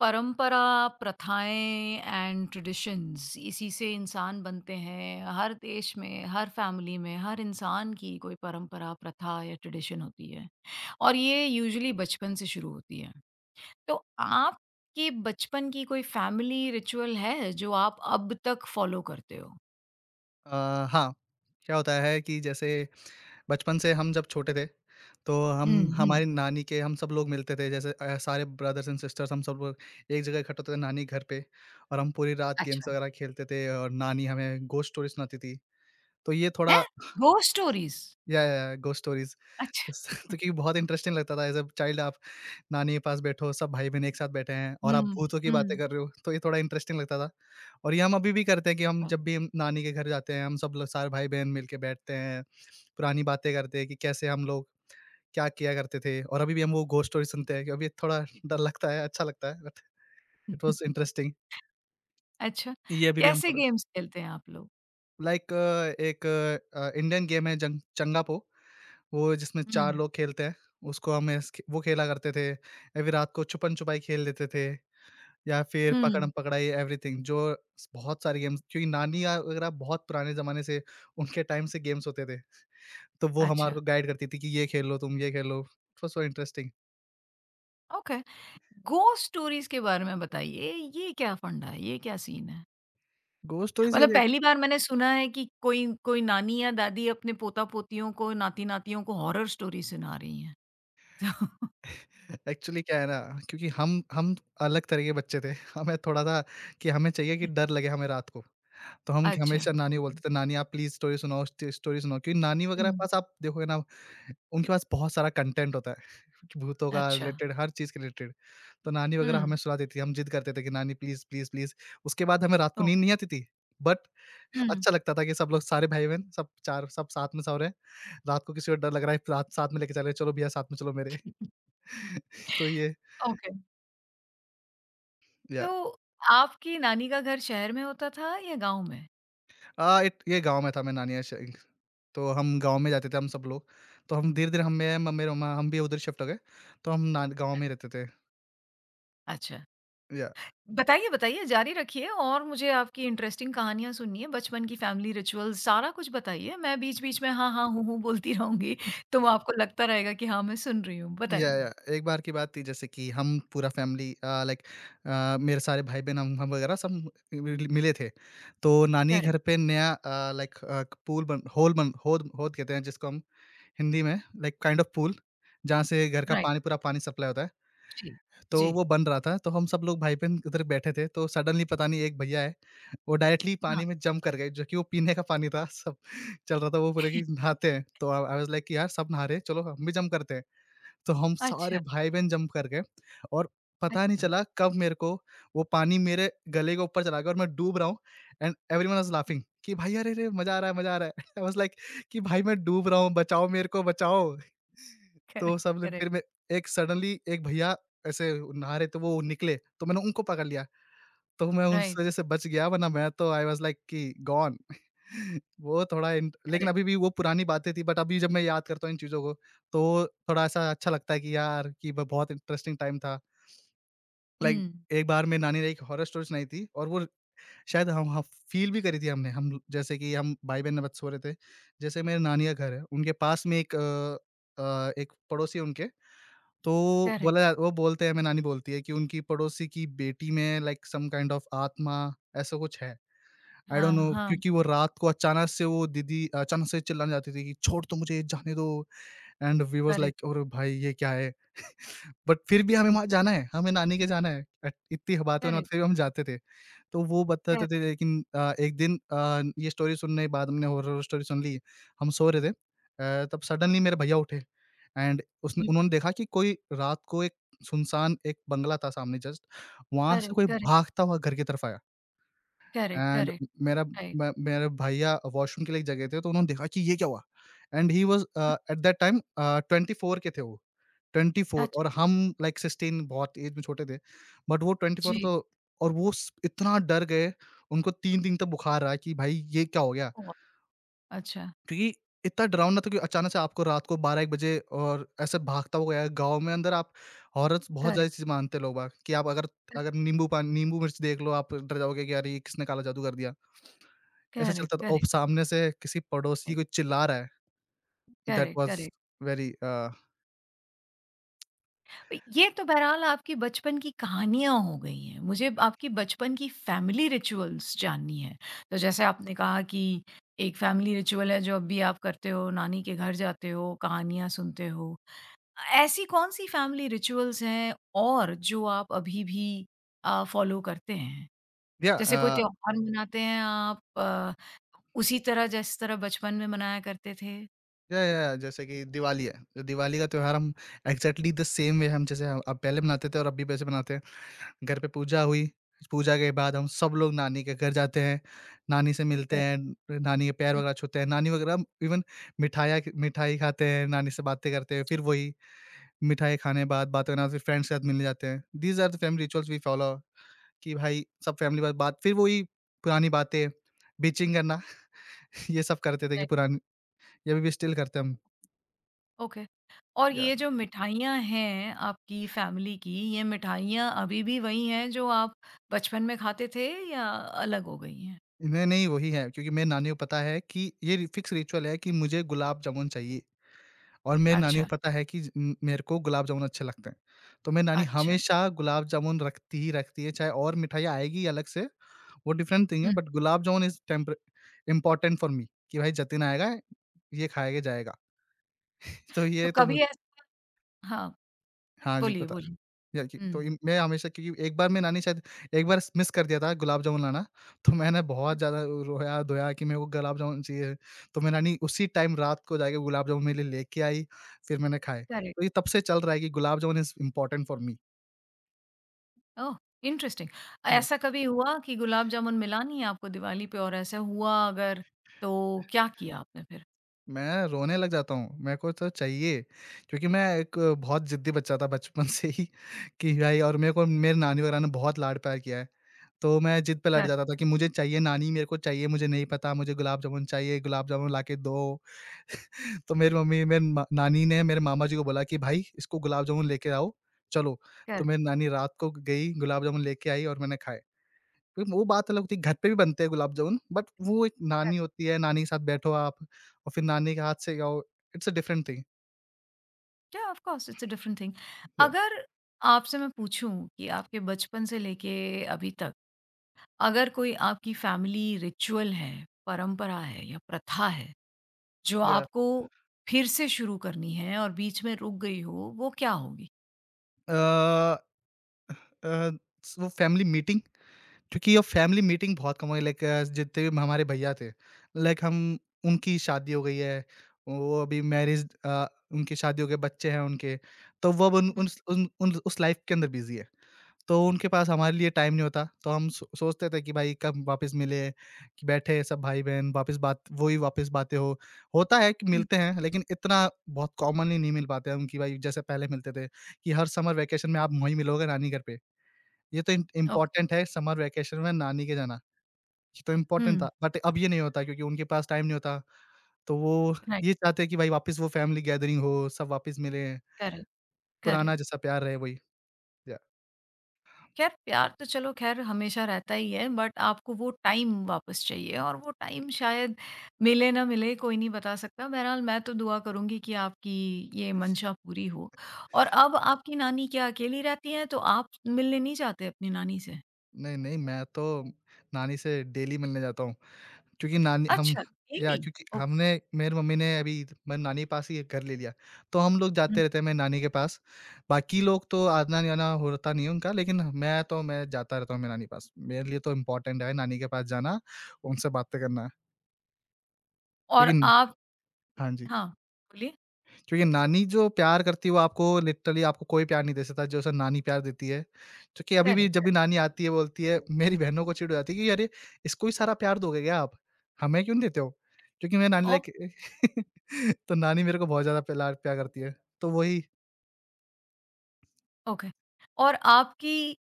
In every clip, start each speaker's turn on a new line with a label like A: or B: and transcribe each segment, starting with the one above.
A: परंपरा, प्रथाएँ and traditions इसी से इंसान बनते हैं। हर देश में, हर फ़ैमिली में, हर इंसान की कोई परंपरा, प्रथा या ट्रेडिशन होती है और ये यूजुअली बचपन से शुरू होती है। तो आपके बचपन की कोई फ़ैमिली रिचुअल है जो आप अब तक फ़ॉलो करते हो?
B: अ, हाँ, क्या होता है कि जैसे बचपन से हम जब छोटे थे, तो हम
A: हुँ, हुँ।
B: हमारी नानी के हम सब लोग मिलते थे, जैसे सारे ब्रदर्स एंड सिस्टर्स, हम सब लोग एक जगह इकट्ठे होते थे नानी घर पे, और हम पूरी रात गेम्स
A: अच्छा।
B: वगैरह खेलते थे और नानी हमें घोस्ट स्टोरी सुनाती थी। तो ये थोड़ा
A: हैं? Ghost stories?
B: या, घोस्ट स्टोरीज़।
A: अच्छा।
B: तो क्योंकि बहुत इंटरेस्टिंग लगता था, एज़ अ चाइल्ड आप नानी के पास बैठो, सब भाई-बहन एक साथ बैठे हैं और आप
A: हुँ,
B: भूतों की बातें
A: हुँ।
B: कर रहे हो, तो ये थोड़ा इंटरेस्टिंग लगता था। और ये हम अभी भी करते हैं कि हम,
A: हाँ।
B: जब भी हम नानी के घर जाते हैं, हम सब लोग सारे भाई-बहन मिलके बैठते हैं, पुरानी बातें करते हैं कि कैसे हम लोग क्या किया करते थे, और अभी भी हम वो घोस्ट स्टोरी सुनते हैं कि अभी थोड़ा डर लगता है, अच्छा लगता है, बट इट वाज़ इंटरेस्टिंग।
A: अच्छा,
B: ये अभी भी हम
A: कैसे
B: फॉलो।
A: गेम्स खेलते हैं आप लोग?
B: लाइक एक इंडियन गेम है जंग चंगापो, वो जिसमें
A: हुँ,
B: 4 लोग खेलते हैं, उसको हम ऐस वो खेला करते थे। अभी रात को छुपन-छुपाई खेल लेते थे। या फिर
A: हुँ।
B: पकड़म-पकड़ाई, एवरीथिंग जो स बहुत सारी गेम्स, क्योंकि नानी या वगैरह बहुत पुराने ज़माने से, उनके टाइम से गेम्स होते थे। तो वो हमारे
A: अच्छा।
B: को गाइड करती थी कि ये खेल लो तुम, ये खेलो। It was so interesting.
A: Okay, ghost stories के बारे में बताइए, ये क्या फंडा है, ये क्या सीन है?
B: घोस्ट स्टोरीज़, ये
A: मतलब
B: देख।
A: पहली बार मैंने सुना है कि कोई कोई नानी या दादी अपने पोता पोतियों को, नाती नातियों को हॉरर स्टोरी सुना रही हैं तो
B: एक्चुअली क्या है ना, क्योंकि हम अलग तरह के बच्चे थे। हमें थोड़ा-सा, कि हमें चाहिए कि डर लगे हमें रात को। तो हम
A: अच्छा,
B: हमेशा नानी को
A: ओके।
B: बोलते थे, "नानी आप प्लीज़ स्टोरी सुनाओ, स्टोरी सुनाओ।" क्योंकि नानी वगैरह के
A: हम्म।
B: पास, आप देखोगे ना, उनके पास बहुत सारा कंटेंट होता है, भूतों का
A: अच्छा।
B: रिलेटेड, हर चीज़ के रिलेटेड। तो नानी वगैरह
A: हम्म।
B: हमें सुला देती थी, हम ज़िद करते थे कि नानी प्लीज़, प्लीज़, प्लीज़। उसके बाद हमें रात को
A: ओ-।
B: नींद नहीं आती थी, बट
A: हम्म।
B: अच्छा लगता था कि सब लोग सारे भाई-बहन, सब 4 सब साथ में सो रहे हैं। रात को किसी को डर लग रहा है, रात साथ में लेके चल रहे हैं, "चलो भैया साथ में चलो मेरे।" तो ये,
A: ओके,
B: या
A: तो आपकी नानी का घर शहर में होता था या गांव में?
B: इट ये गाँव में था, मैं नानी के श तो हम गाँव में जाते थे हम सब लोग। तो हम धीरे-धीरे, हम, मैं म मेरे माँ, हम भी उधर शिफ्ट हो गए। तो हम ना गाँव में रहते थे।
A: अच्छा,
B: या,
A: बताइए, बताइए, जारी रखिए। और मुझे आपकी इंटरेस्टिंग कहानियाँ सुननी है, बचपन की फैमिली रिचुअल्स सारा कुछ बताइए। मैं बीच-बीच में हाँ, हाँ, हूँ, हूँ बोलती रहूँगी, तो वो आपको लगता रहेगा कि हाँ, मैं सुन रही हूँ। बताइए।
B: एक बार की बात थी, जैसे कि हम पूरा फ़ैमिली, लाइक मेरे सारे भाई-बहन, हम वगैरह सब मिले थे। तो नानी
A: करेक्ट,
B: घर पे नया लाइक पूल बन होल बन होद होद कहते हैं जिसको हम हिंदी में, लाइक काइंड ऑफ पूल, जहाँ से घर का
A: राइट,
B: पानी पूरा पानी सप्लाई होता है।
A: जी,
B: तो
A: जी,
B: वो बन रहा था, तो हम सब लोग भाई-बहन उधर बैठे थे, तो सडनली, पता नहीं, एक भैया है, वो डायरेक्टली
A: हाँ।
B: पानी में जंप कर गए, जो कि वो पीने का पानी था, सब चल रहा था। वो बोले कि नहाते हैं। तो आई आई वाज़ लाइक कि यार सब नहा रहे हैं, चलो हम भी जंप करते हैं। तो हम
A: अच्छा,
B: सारे भाई-बहन जंप कर गए, और पता नहीं
A: अच्छा,
B: चला कब मेरे को वो पानी मेरे गले के ऊपर चला गया और मैं डूब रहा हूँ, एंड एवरीवन वाज़ लाफिंग कि भाई अरे-रे! मज़ा आ रहा है, मज़ा आ रहा है। आई वाज़ लाइक कि भाई मैं डूब रहा हूँ, बचाओ मेरे को बचाओ। तो
A: करेक्ट,
B: सब ने,
A: करेक्ट,
B: फिर मैं, एक सडनली एक भैया ऐसे नहा रहे थे, वो निकले, तो मैंने उनको पकड़ लिया। तो मैं उस
A: राइट,
B: वज़ह से बच गया, वरना मैं तो, आई वाज़ लाइक कि गॉन। वो थोड़ा इंट, लेकिन
A: करेक्ट,
B: अभी भी वो पुरानी बातें थी, बट अभी जब मैं याद करता हूँ इन चीज़ों को, तो थोड़ा ऐसा अच्छा लगता है कि यार, कि ब बहुत इंटरेस्टिंग टाइम था। लाइक,
A: हुँ,
B: एक बार मेरी नानी ने एक हॉरर स्टोरी सुनाई थी, और वो शायद हम ह फ़ील भी करी थी हमने, हम लो-, जैसे कि हम भाई-बहन में सो रहे थे। जैसे मेरे नानी का घर है, उनके पास में एक पड़ोसी है उनके, तो
A: करेक्ट,
B: वो बोलते हैं, मेरी नानी बोलती है, कि उनकी पड़ोसी की बेटी में लाइक सम काइंड ऑफ आत्मा, ऐसा कुछ है। आई डोंट
A: हाँ,
B: नो,
A: हाँ,
B: क्योंकि वो रात को अचानक से, वो दीदी अचानक से चिल्लाने जाती थी कि छोड़, तो मुझे जाने दो, and we was
A: correct,
B: like अरे भाई ये क्या है? बट फिर भी हमें
A: ठीक,
B: वहाँ जाना है, हमें नानी के जाना है। इतनी बातों में
A: करेक्ट,
B: फिर भी हम जाते थे। तो वो बताते
A: करेक्ट,
B: थे, लेकिन एक दिन, ये स्टोरी सुनने के बाद, हमने हॉरर स्टोरी सुन ली। हम सो रहे थे, तब सडनली मेरे भैया उठे, एंड उसने,
A: हुँ,
B: उन्होंने देखा कि कोई रात को, एक सुनसान एक बंगला था सामने जस्ट, वहाँ से
A: करेक्ट,
B: कोई
A: करेक्ट,
B: भागता हुआ घर की तरफ आया।
A: करेक्ट,
B: एंड
A: करेक्ट,
B: मेरा,
A: राइट,
B: मे मेरे भैया वॉशरूम के लिए जगह थे, तो उन्होंने देखा कि ये क्या हुआ? And he was
A: hmm,
B: at that time 24 के थे वो, 24, और
A: अच्छा,
B: हम लाइक 16, बहुत एज में छोटे थे। बट वो 24,
A: जी,
B: तो और वो स इतना डर गए, उनको 3 दिन तक बुखार रहा, कि भाई ये क्या हो गया?
A: ओह! अच्छा,
B: क्योंकि इतना डरावना था कि अचानक से आपको रात को 12-1 बजे, और ऐसे भागता हुआ आया गाँव में अंदर, आप, हॉरर्स बहुत ज़्यादा
A: करेक्ट,
B: चीज़ें मानते हैं लोग-बाग कि आप अगर,
A: करेक्ट,
B: अगर नींबू पानी, नींबू मिर्च देख लो, आप डर जाओगे कि अरे ये किसने काला जादू कर दिया। ऐसा
A: करेक्ट,
B: चलता था, और
A: करेक्ट,
B: सामने से किसी पड़ोसी,
A: राइट,
B: कोई चिल्ला रहा है, that
A: correct,
B: was
A: correct.
B: Very
A: ये तो बहरहाल आपकी बचपन की कहानियाँ हो गई हैं। मुझे आपकी बचपन की फैमिली रिचुअल्स जाननी है। तो जैसे आपने कहा कि एक फैमिली रिचुअल है जो अब भी आप करते हो, नानी के घर जाते हो, कहानियाँ सुनते हो। ऐसी कौन-सी फैमिली रिचुअल्स हैं और जो आप अभी भी फ़ॉलो करते हैं?
B: या
A: जैसे
B: अ,
A: कोई त्योहार मनाते हैं आप, उसी तरह जिस तरह बचपन में मनाया करते थे?
B: या, जैसे कि दिवाली है। तो दिवाली का त्योहार हम, एग्ज़ैक्टली द सेम वे, हम, जैसे हम अब पहले मनाते थे और अब भी वैसे मनाते हैं। घर पे पूजा हुई, पूजा के बाद हम सब लोग नानी के घर जाते हैं, नानी से मिलते
A: कर।
B: हैं, नानी के पैर
A: हुँ,
B: वगैरह छूते हैं, नानी वगैरह, हम इवन मिठाइयाँ मिठाई खाते हैं, नानी से बातें करते हैं, फिर
A: जी,
B: वही मिठाई खाने के बाद बातें करना, फिर फ्रेंड्स के साथ मिलने जाते हैं। These are the family rituals we follow. कि भाई सब फैमिली वाले, बात फिर वही पुरानी बातें, बीचिंग करना, ये सब करते थे, कि
A: बताइए।
B: पुरानी, ये अभी भी स्टिल करते हैं हम।
A: ओके। और
B: या,
A: ये जो मिठाइयाँ हैं आपकी फैमिली की, ये मिठाइयाँ अभी भी वही हैं जो आप बचपन में खाते थे, या अलग हो गई हैं?
B: इन्हें नहीं वही है, क्योंकि मेरी नानी को पता है कि ये रि फिक्स रिचुअल है कि मुझे गुलाब जामुन चाहिए, और मेरी नानी को
A: अच्छा,
B: पता है कि मेरे को गुलाब जामुन अच्छे लगते हैं। तो मेरी नानी
A: अच्छा।
B: हमेशा गुलाब जामुन रखती ही रखती है, चाहे और मिठाइयाँ आएगी अलग से, वो डिफरेंट थिंग है,
A: हुँ,
B: but gulab jamun is temper important for me, कि भाई जतिन आएगा, ये खाया के जाएगा। तो
A: तो
B: ये तो
A: कभी ऐस। हाँ,
B: हाँ जी,
A: बोलिए,
B: बता,
A: बोलिए।
B: या कि तो
A: हुँ,
B: इन मैं हमेशा, क्योंकि एक बार मैं, नानी शायद, एक बार मिस कर दिया था गुलाब जामुन लाना, तो मैंने बहुत
A: हुँ,
B: ज़्यादा रोया-धोया कि मेरे को गुलाब जामुन चाहिए। तो मेरी नानी उसी टाइम रात को जाके गुलाब जामुन मेरे लिए लेके आई, फिर मैंने खाए।
A: करेक्ट।
B: तो ये तब से चल रहा है, कि gulab jamun is important for me.
A: Oh! Interesting. ऐसा कभी हुआ कि गुलाब जामुन मिला नहीं आपको दिवाली पे, और ऐसा हुआ अगर, तो क्या किया आपने फिर?
B: मैं रोने लग जाता हूँ, मेरे को तो चाहिए, क्योंकि मैं एक बहुत ज़िद्दी बच्चा था बचपन से ही। कि भाई, और मेरे को, मेरी नानी वगैरह ने बहुत लाड-प्यार किया है। तो मैं ज़िद पे लड़
A: कर।
B: जाता था कि मुझे चाहिए नानी, मेरे को चाहिए, मुझे नहीं पता, मुझे गुलाब जामुन चाहिए, गुलाब जामुन लाके दो। तो मेरी मम्मी मेरी म नानी ने मेरे मामा जी को बोला कि भाई इसको गुलाब जामुन लेके आओ, चलो।
A: कर।
B: तो मेरी नानी रात को गई, गुलाब जामुन लेके आई, और मैंने खाए। तो वो बात अलग होती है, घर पे भी बनते हैं गुलाब जामुन, बट वो एक
A: कर।
B: नानी होती है, नानी के साथ बैठो आप और फिर नानी के हाथ से खाओ, it's a different thing.
A: Yeah of course, it's a different thing.
B: या
A: अगर आपसे मैं पूछूँ कि आपके बचपन से लेके अभी तक अगर कोई आपकी फैमिली रिचुअल है, परंपरा है या प्रथा है, जो
B: या
A: आपको फिर से शुरू करनी है और बीच में रुक गई हो, वो क्या होगी?
B: अ अ, वो फैमिली मीटिंग, क्योंकि अब फैमिली मीटिंग बहुत कम हो गई, लाइक जितने भी हमारे भैया थे, लाइक हम, उनकी शादी हो गई है, वो अभी मैरिज, उनकी शादी हो गई, बच्चे हैं उनके, तो वो अब उन,
A: हुँ,
B: उन, उन, उन उस लाइफ के अंदर बिजी है, तो उनके पास हमारे लिए टाइम नहीं होता, तो हम सोचते थे कि भाई कब वापस मिले, कि बैठे सब भाई बहन वापस, बात वही, वापस बातें हो, होता है कि
A: हुँ।
B: मिलते हैं लेकिन इतना बहुत कॉमनली नहीं मिल पाते हम, कि भाई जैसे पहले मिलते थे कि हर समर वेकेशन में आप वहीं मिलोगे नानी घर पे, ये तो इम
A: ओके।
B: इम्पोर्टेंट है समर वैकेशन में नानी के जाना, ये तो इम्पोर्टेंट
A: हुँ,
B: था, बट अब ये नहीं होता क्योंकि उनके पास टाइम नहीं होता। तो वो,
A: राइट,
B: ये चाहते हैं कि भाई वापस वो फैमिली गैदरिंग हो, सब वापस मिलें,
A: करेक्ट, करेक्ट।
B: पुराना जैसा प्यार रहे वही। या,
A: ख़ैर, प्यार तो चलो ख़ैर हमेशा रहता ही है, बट आपको वो टाइम वापस चाहिए और वो टाइम शायद मिले ना मिले कोई नहीं बता सकता। बहरहाल, मैं तो दुआ करूँगी कि आपकी ये मंशा पूरी हो। और अब आपकी नानी क्या अकेली रहती हैं, तो आप मिलने नहीं जाते अपनी नानी से?
B: नहीं, नहीं, मैं तो नानी से डेली मिलने जाता हूँ। क्योंकि नानी हम
A: अच्छा,
B: या
A: डेली?
B: क्योंकि
A: ओके।
B: हमने मेरी मम्मी ने अभी मैं नानी के पास ही एक घर ले लिया। तो हम लोग
A: हुँ,
B: जाते रहते हैं मेरी नानी के पास। बाकी लोग तो आना-जाना होता नहीं है उनका, लेकिन मैं जाता रहता हूँ मेरी नानी के पास। मेरे लिए तो इम्पोर्टेंट है नानी के पास जाना, उनसे बातें करना।
A: और
B: क्योंकि
A: आप।
B: हाँ जी।
A: हाँ, बोलिए।
B: क्योंकि नानी जो प्यार करती है, वो आपको, लिटरली आपको कोई प्यार नहीं दे सकता जैसा नानी प्यार देती है। क्योंकि अभी भी
A: करेक्ट,
B: जब भी
A: करेक्ट।
B: नानी आती है बोलती है, मेरी बहनों को चिढ़ हो जाती है कि अरे! इसको ही सारा प्यार दोगे क्या आप? हमें क्यों नहीं देते हो? क्योंकि मेरी नानी
A: ओप।
B: लाइक तो नानी मेरे को बहुत ज़्यादा प्यार प्यार करती है। तो वही।
A: ओके। और आपकी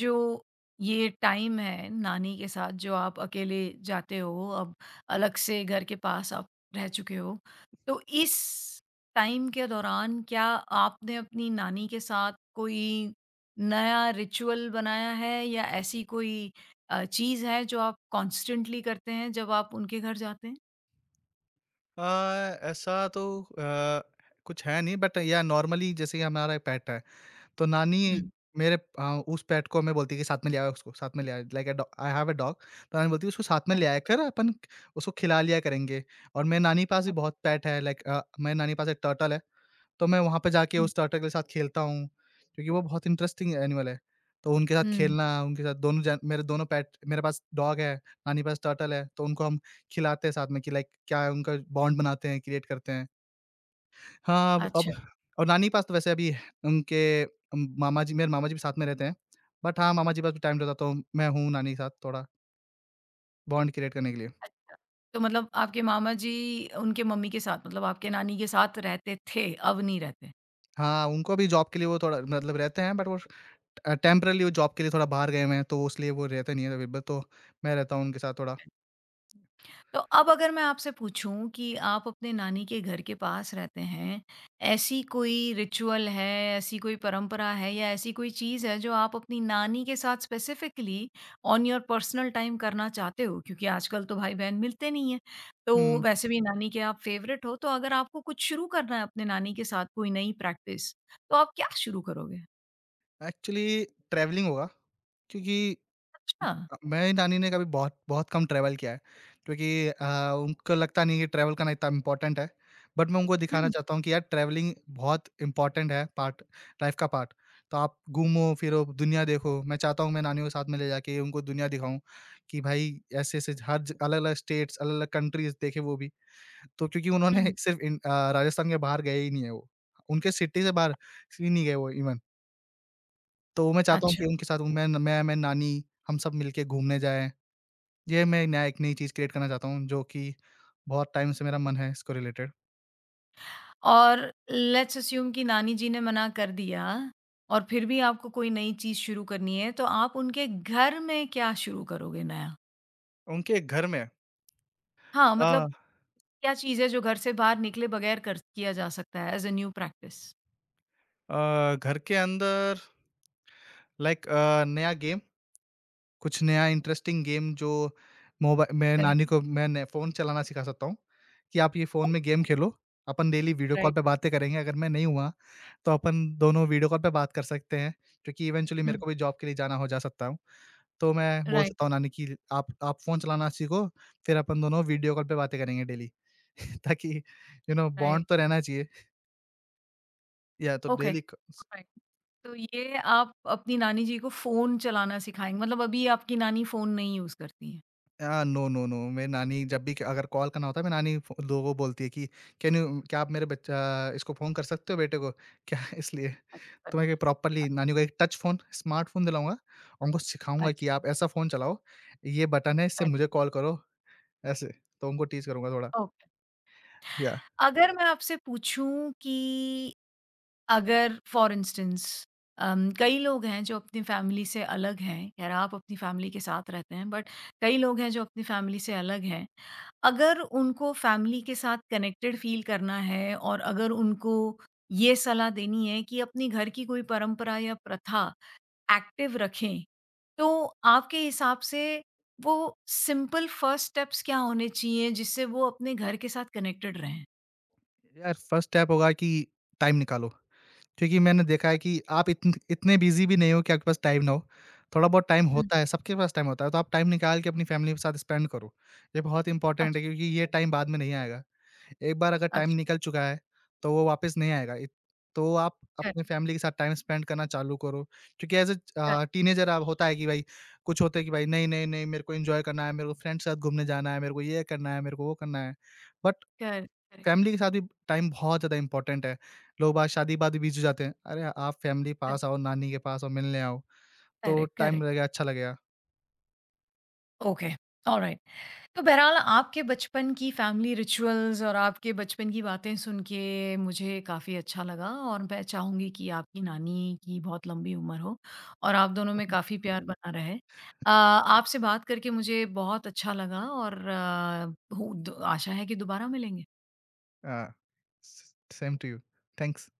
A: जो ये टाइम है नानी के साथ, जो आप अकेले जाते हो, अब अलग से घर के पास आप रह चुके हो, तो इस टाइम के दौरान क्या आपने अपनी नानी के साथ कोई नया रिचुअल बनाया है, या ऐसी कोई चीज़ है जो आप कॉन्स्टेंटली करते हैं जब आप उनके घर जाते हैं?
B: अ, ऐसा तो कुछ है नहीं, बट नॉर्मली जैसे कि हमारा पेट है। तो नानी
A: हुँ,
B: मेरे अ, उस पेट को हमें बोलती है कि साथ में ले आओ उसको, साथ में ले आओ, लाइक अ डॉ आई हैव अ डॉग। तो नानी बोलती है उसको साथ में ले
A: राइट,
B: आया कर, अपन उसको खिला लिया करेंगे। और मेरे नानी के पास भी बहुत पेट है, लाइक मेरे नानी के पास एक टर्टल है, तो मैं वहाँ पे जाके
A: ओके।
B: उस टर्टल के साथ खेलता हूँ, क्योंकि वो बहुत इंटरेस्टिंग एनिमल है। तो उनके साथ
A: हुँ।
B: खेलना, उनके साथ दोनों जन, मेरे दोनों पेट, मेरे पास डॉग है, नानी के पास टर्टल है, तो उनको हम खिलाते हैं साथ में कि लाइक क्या है, उनका बॉन्ड बनाते हैं, क्रिएट करते हैं। हाँ, अब
A: अच्छा,
B: और नानी के पास तो वैसे अभी उनके मामा जी मेरे मामा जी भी साथ में रहते हैं। बट हाँ, मामा जी के पास भी टाइम रहता तो मैं हूँ नानी के साथ थोड़ा बॉन्ड क्रिएट करने के लिए।
A: अच्छा। तो मतलब आपके मामा जी उनके मम्मी के साथ, मतलब आपके नानी के साथ रहते थे, अब नहीं रहते?
B: हाँ, उनको भी जॉब के लिए वो थोड़ा मतलब रहते हैं, बट वो टेम्परेरी वो जॉब के लिए थोड़ा बाहर गए हुए हैं, तो इसलिए वो रहते नहीं है अवेलेबल, तो मैं रहता हूँ उनके साथ थोड़ा।
A: तो अब अगर मैं आपसे पूछूं कि आप अपने नानी के घर के पास रहते हैं, ऐसी कोई रिचुअल है, ऐसी कोई परंपरा है या ऐसी कोई चीज़ है जो आप अपनी नानी के साथ specifically on your personal time करना चाहते हो? क्योंकि आजकल तो भाई-बहन मिलते नहीं हैं,
B: हुँ।
A: तो
B: हुँ।
A: वैसे भी नानी के आप फेवरेट हो, तो अगर आपको कुछ शुरू करना है अपने नानी के साथ कोई नई प्रैक्टिस, तो आप क्या शुरू करोगे?
B: एक्चुअली ट्रैवलिंग होगा, क्योंकि
A: अच्छा।
B: मेरी नानी ने कभी बहुत बहुत कम ट्रैवल किया है, क्योंकि उनको लगता नहीं है कि ट्रैवल करना इतना इम्पोर्टेंट है। बट मैं उनको दिखाना
A: हुँ,
B: चाहता हूँ कि यार ट्रैवलिंग बहुत इम्पोर्टेंट है, पार्ट लाइफ का पार्ट। तो आप घूमो फिरो, दुनिया देखो। मैं चाहता हूँ मैं नानियों के साथ में ले जाके उनको दुनिया दिखाऊं कि भाई ऐसे ऐसे हर अलग अलग स्टेट्स, अलग अलग कंट्रीज देखे वो भी। तो क्योंकि उन्होंने
A: हुँ।
B: सिर्फ राजस्थान के बाहर गए ही नहीं है वो, उनके सिटी से बाहर ही नहीं गए वो इवन। तो मैं चाहता हूँ
A: अच्छा।
B: कि उनके साथ मैं नानी, हम सब मिलके घूमने जाएँ। ये मैं नया एक नई चीज़ क्रिएट करना चाहता हूँ, जो कि बहुत टाइम से मेरा मन है इसको रिलेटेड।
A: और लेट्स अस्यूम कि नानी जी ने मना कर दिया, और फिर भी आपको कोई नई चीज़ शुरू करनी है, तो आप उनके घर में क्या शुरू करोगे नया?
B: उनके घर में
A: हाँ, मतलब
B: अ
A: क्या चीज़ है जो घर से बाहर निकले बगैर कर किया जा सकता है एज़ अ न्यू प्रैक्टिस?
B: घर के अंदर, लाइक नया गेम, कुछ नया इंटरेस्टिंग गेम जो मोबा मैं
A: वेरी
B: नानी को मैं न फ़ोन चलाना सिखा सकता हूँ कि आप ये फ़ोन में गेम खेलो। अपन डेली वीडियो कॉल
A: राइट।
B: पे बातें करेंगे, अगर मैं नहीं हुआ, तो अपन दोनों वीडियो कॉल पे बात कर सकते हैं, क्योंकि इवेंचुअली
A: हुँ,
B: मेरे को भी जॉब के लिए जाना हो जा सकता हूँ। तो मैं बोल
A: राइट,
B: सकता हूँ नानी कि आप फ़ोन चलाना सीखो, फिर अपन दोनों वीडियो कॉल पे बातें करेंगे डेली। ताकि
A: राइट।
B: बॉन्ड तो रहना चाहिए। या तो
A: ओके,
B: डेली क स
A: ऑलराइट। तो ये आप अपनी नानी जी को फ़ोन चलाना सिखाएँगे, मतलब अभी आपकी नानी फ़ोन नहीं यूज़ करती हैं?
B: नो, नो, नो, मेरी नानी जब भी अगर कॉल करना होता है, मेरी नानी फ़ो लोगों को बोलती है कि कैन यू क्या आप मेरे बच्चा इसको फ़ोन कर सकते हो बेटे को? क्या इसलिए
A: अच्छा।
B: तो मैं प्रॉपर्ली नानी को एक टच फ़ोन, स्मार्टफ़ोन दिलाऊँगा और उनको सिखाऊँगा
A: अच्छा,
B: कि आप ऐसा फ़ोन चलाओ, ये बटन है, इससे
A: राइट,
B: मुझे कॉल करो, ऐसे। तो उनको टीच करूँगा थोड़ा।
A: ओके।
B: या
A: अगर मैं आपसे पूछूँ कि अगर फॉर इंस्टेंस कई लोग हैं जो अपनी फैमिली से अलग हैं, खैर आप अपनी फैमिली के साथ रहते हैं, बट कई लोग हैं जो अपनी फैमिली से अलग हैं। अगर उनको फैमिली के साथ कनेक्टेड फ़ील करना है, और अगर उनको ये सलाह देनी है कि अपने घर की कोई परंपरा या प्रथा एक्टिव रखें, तो आपके हिसाब से वो सिंपल फर्स्ट स्टेप्स क्या होने चाहिए जिससे वो अपने घर के साथ कनेक्टेड रहें?
B: यार फर्स्ट स्टेप होगा कि टाइम निकालो। क्योंकि मैंने देखा है कि आप इतने बिज़ी भी नहीं हो कि आपके पास टाइम ना हो। थोड़ा बहुत टाइम
A: हुँ।
B: होता है, सबके पास टाइम होता है, तो आप टाइम निकाल के अपनी फैमिली के साथ स्पेंड करो। ये बहुत इम्पोर्टेंट है
A: अच्छा।
B: क्योंकि ये टाइम बाद में नहीं आएगा। एक बार अगर टाइम
A: अच्छा,
B: निकल चुका है, तो वो वापस नहीं आएगा। इत तो आप
A: कर
B: अपनी फैमिली के साथ टाइम स्पेंड करना चालू करो। क्योंकि एज़ अ
A: कर
B: टीनेजर आप होता है कि भाई, कुछ होता है कि भाई नहीं, नहीं, नहीं, मेरे को एन्जॉय करना है, मेरे को फ्रेंड्स के साथ घूमने जाना है, मेरे को ये करना है, मेरे को वो करना है। बट
A: कर करेक्ट।
B: फैमिली के साथ भी टाइम बहुत ज़्यादा इम्पोर्टेंट है। लोग बाग शादी के बाद भी बिज़ी हो जाते हैं। अरे! आप फैमिली पास आओ, नानी के पास आओ, मिलने आओ, तो
A: करेक्ट,
B: टाइम
A: करेक्ट।
B: लगेगा, अच्छा लगेगा।
A: Okay, alright. तो बहरहाल आपके बचपन की फैमिली रिचुअल्स और आपके बचपन की बातें सुन के मुझे काफ़ी अच्छा लगा, और मैं चाहूँगी कि आपकी नानी की बहुत लंबी उम्र हो और आप दोनों में काफ़ी प्यार जी। बना रहे। आपसे बात करके मुझे बहुत अच्छा लगा, और अ, हो द आशा है कि दोबारा मिलेंगे।
B: हाँ, स सेम टू यू। थैंक्स।